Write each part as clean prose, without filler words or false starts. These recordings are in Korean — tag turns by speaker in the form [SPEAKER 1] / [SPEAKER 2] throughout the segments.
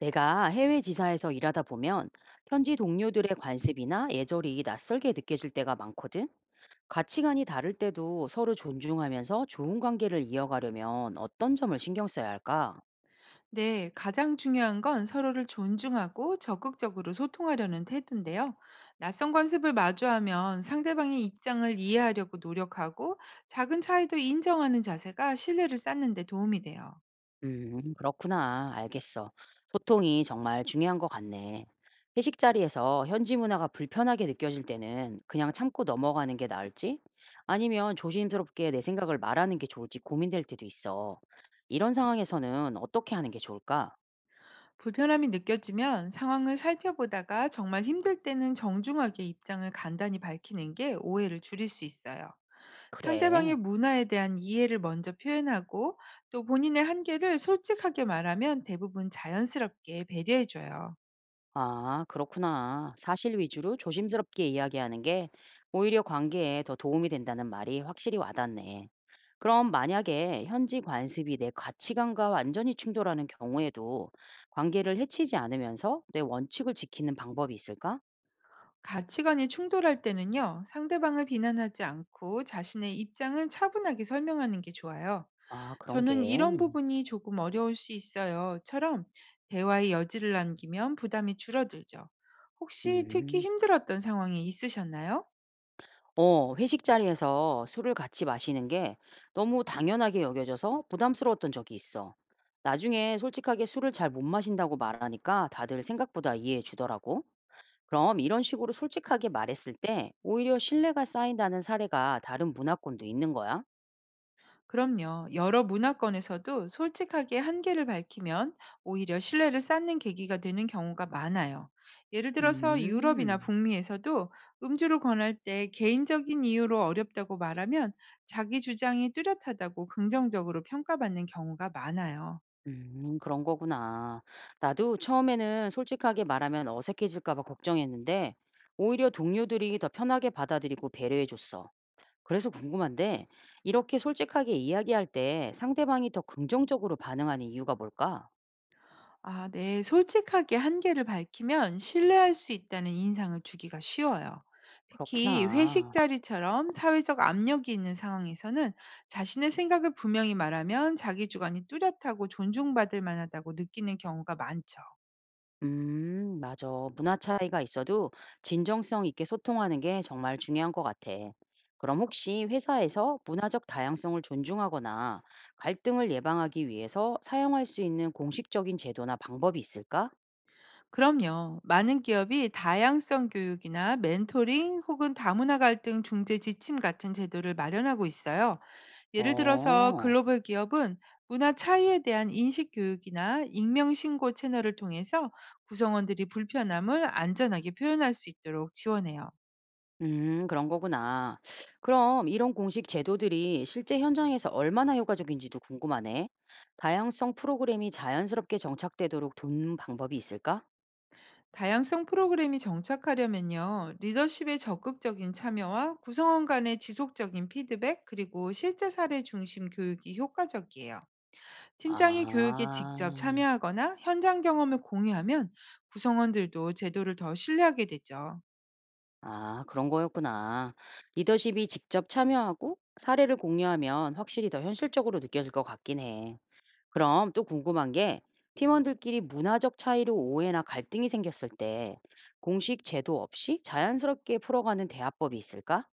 [SPEAKER 1] 내가 해외 지사에서 일하다 보면 현지 동료들의 관습이나 예절이 낯설게 느껴질 때가 많거든. 가치관이 다를 때도 서로 존중하면서 좋은 관계를 이어가려면 어떤 점을 신경 써야 할까?
[SPEAKER 2] 네, 가장 중요한 건 서로를 존중하고 적극적으로 소통하려는 태도인데요. 낯선 관습을 마주하면 상대방의 입장을 이해하려고 노력하고 작은 차이도 인정하는 자세가 신뢰를 쌓는 데 도움이 돼요.
[SPEAKER 1] 그렇구나. 알겠어. 소통이 정말 중요한 것 같네. 회식 자리에서 현지 문화가 불편하게 느껴질 때는 그냥 참고 넘어가는 게 나을지? 아니면 조심스럽게 내 생각을 말하는 게 좋을지 고민될 때도 있어. 이런 상황에서는 어떻게 하는 게 좋을까?
[SPEAKER 2] 불편함이 느껴지면 상황을 살펴보다가 정말 힘들 때는 정중하게 입장을 간단히 밝히는 게 오해를 줄일 수 있어요.
[SPEAKER 1] 그래.
[SPEAKER 2] 상대방의 문화에 대한 이해를 먼저 표현하고 또 본인의 한계를 솔직하게 말하면 대부분 자연스럽게 배려해줘요.
[SPEAKER 1] 아, 그렇구나. 사실 위주로 조심스럽게 이야기하는 게 오히려 관계에 더 도움이 된다는 말이 확실히 와닿네. 그럼 만약에 현지 관습이 내 가치관과 완전히 충돌하는 경우에도 관계를 해치지 않으면서 내 원칙을 지키는 방법이 있을까?
[SPEAKER 2] 가치관이 충돌할 때는요, 상대방을 비난하지 않고 자신의 입장을 차분하게 설명하는 게 좋아요.
[SPEAKER 1] 아, 그런
[SPEAKER 2] 저는 이런
[SPEAKER 1] 게.
[SPEAKER 2] 부분이 조금 어려울 수 있어요.처럼 대화의 여지를 남기면 부담이 줄어들죠. 혹시 특히
[SPEAKER 1] 음.
[SPEAKER 2] 힘들었던 상황이 있으셨나요?
[SPEAKER 1] 회식 자리에서 술을 같이 마시는 게 너무 당연하게 여겨져서 부담스러웠던 적이 있어. 나중에 솔직하게 술을 잘 못 마신다고 말하니까 다들 생각보다 이해해 주더라고. 그럼 이런 식으로 솔직하게 말했을 때 오히려 신뢰가 쌓인다는 사례가 다른 문화권도 있는 거야?
[SPEAKER 2] 그럼요. 여러 문화권에서도 솔직하게 한계를 밝히면 오히려 신뢰를 쌓는 계기가 되는 경우가 많아요. 예를 들어서 유럽이나
[SPEAKER 1] 음,
[SPEAKER 2] 북미에서도 음주를 권할 때 개인적인 이유로 어렵다고 말하면 자기 주장이 뚜렷하다고 긍정적으로 평가받는 경우가 많아요.
[SPEAKER 1] 그런 거구나. 나도 처음에는 솔직하게 말하면 어색해질까 봐 걱정했는데 오히려 동료들이 더 편하게 받아들이고 배려해 줬어. 그래서 궁금한데, 이렇게 솔직하게 이야기할 때 상대방이 더 긍정적으로 반응하는 이유가 뭘까?
[SPEAKER 2] 아, 네. 솔직하게 한계를 밝히면 신뢰할 수 있다는 인상을 주기가 쉬워요. 특히 회식
[SPEAKER 1] 그렇구나.
[SPEAKER 2] 자리처럼 사회적 압력이 있는 상황에서는 자신의 생각을 분명히 말하면 자기 주관이 뚜렷하고 존중받을 만하다고 느끼는 경우가 많죠.
[SPEAKER 1] 맞아. 문화 차이가 있어도 진정성 있게 소통하는 게 정말 중요한 것 같아. 그럼 혹시 회사에서 문화적 다양성을 존중하거나 갈등을 예방하기 위해서 사용할 수 있는 공식적인 제도나 방법이 있을까?
[SPEAKER 2] 그럼요. 많은 기업이 다양성 교육이나 멘토링 혹은 다문화 갈등 중재 지침 같은 제도를 마련하고 있어요. 예를 들어서
[SPEAKER 1] 어.
[SPEAKER 2] 글로벌 기업은 문화 차이에 대한 인식 교육이나 익명 신고 채널을 통해서 구성원들이 불편함을 안전하게 표현할 수 있도록 지원해요.
[SPEAKER 1] 그런 거구나. 그럼 이런 공식 제도들이 실제 현장에서 얼마나 효과적인지도 궁금하네. 다양성 프로그램이 자연스럽게 정착되도록 돕는 방법이 있을까?
[SPEAKER 2] 다양성 프로그램이 정착하려면요, 리더십의 적극적인 참여와 구성원 간의 지속적인 피드백, 그리고 실제 사례 중심 교육이 효과적이에요. 팀장이 교육에 직접
[SPEAKER 1] 아,
[SPEAKER 2] 참여하거나 현장 경험을 공유하면 구성원들도 제도를 더 신뢰하게 되죠.
[SPEAKER 1] 아, 그런 거였구나. 리더십이 직접 참여하고 사례를 공유하면 확실히 더 현실적으로 느껴질 것 같긴 해. 그럼 또 궁금한 게 팀원들끼리 문화적 차이로 오해나 갈등이 생겼을 때 공식 제도 없이 자연스럽게 풀어가는 대화법이 있을까?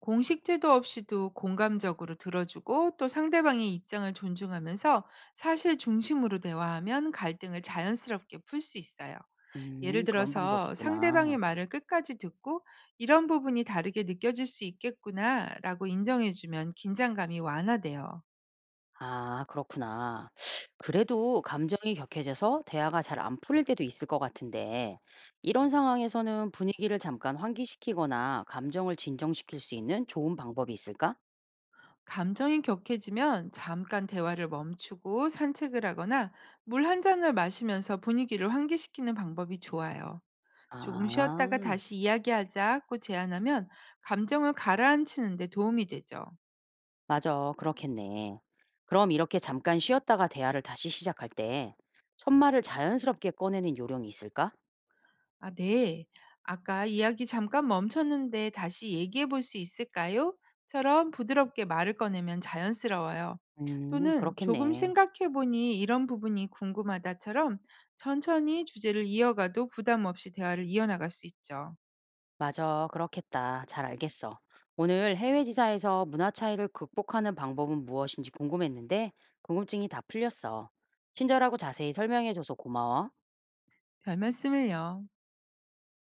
[SPEAKER 2] 공식 제도 없이도 공감적으로 들어주고 또 상대방의 입장을 존중하면서 사실 중심으로 대화하면 갈등을 자연스럽게 풀 수 있어요. 예를
[SPEAKER 1] 음, 그런 방법이
[SPEAKER 2] 들어서 상대방의
[SPEAKER 1] 있구나.
[SPEAKER 2] 말을 끝까지 듣고 이런 부분이 다르게 느껴질 수 있겠구나 라고 인정해주면 긴장감이 완화돼요.
[SPEAKER 1] 아, 그렇구나. 그래도 감정이 격해져서 대화가 잘 안 풀릴 때도 있을 것 같은데 이런 상황에서는 분위기를 잠깐 환기시키거나 감정을 진정시킬 수 있는 좋은 방법이 있을까?
[SPEAKER 2] 감정이 격해지면 잠깐 대화를 멈추고 산책을 하거나 물 한 잔을 마시면서 분위기를 환기시키는 방법이 좋아요. 조금
[SPEAKER 1] 아,
[SPEAKER 2] 쉬었다가 다시 이야기하자고 제안하면 감정을 가라앉히는 데 도움이 되죠.
[SPEAKER 1] 맞아. 그렇겠네. 그럼 이렇게 잠깐 쉬었다가 대화를 다시 시작할 때 첫말을 자연스럽게 꺼내는 요령이 있을까?
[SPEAKER 2] 아, 네. 아까 이야기 잠깐 멈췄는데 다시 얘기해 볼 수 있을까요? 처럼 부드럽게 말을 꺼내면 자연스러워요.
[SPEAKER 1] 음,
[SPEAKER 2] 또는 조금
[SPEAKER 1] 그렇겠네.
[SPEAKER 2] 생각해 보니 이런 부분이 궁금하다처럼 천천히 주제를 이어가도 부담 없이 대화를 이어나갈 수 있죠.
[SPEAKER 1] 맞아, 그렇겠다. 잘 알겠어. 오늘 해외 지사에서 문화 차이를 극복하는 방법은 무엇인지 궁금했는데, 궁금증이 다 풀렸어. 친절하고 자세히 설명해줘서 고마워.
[SPEAKER 2] 별 말씀을요.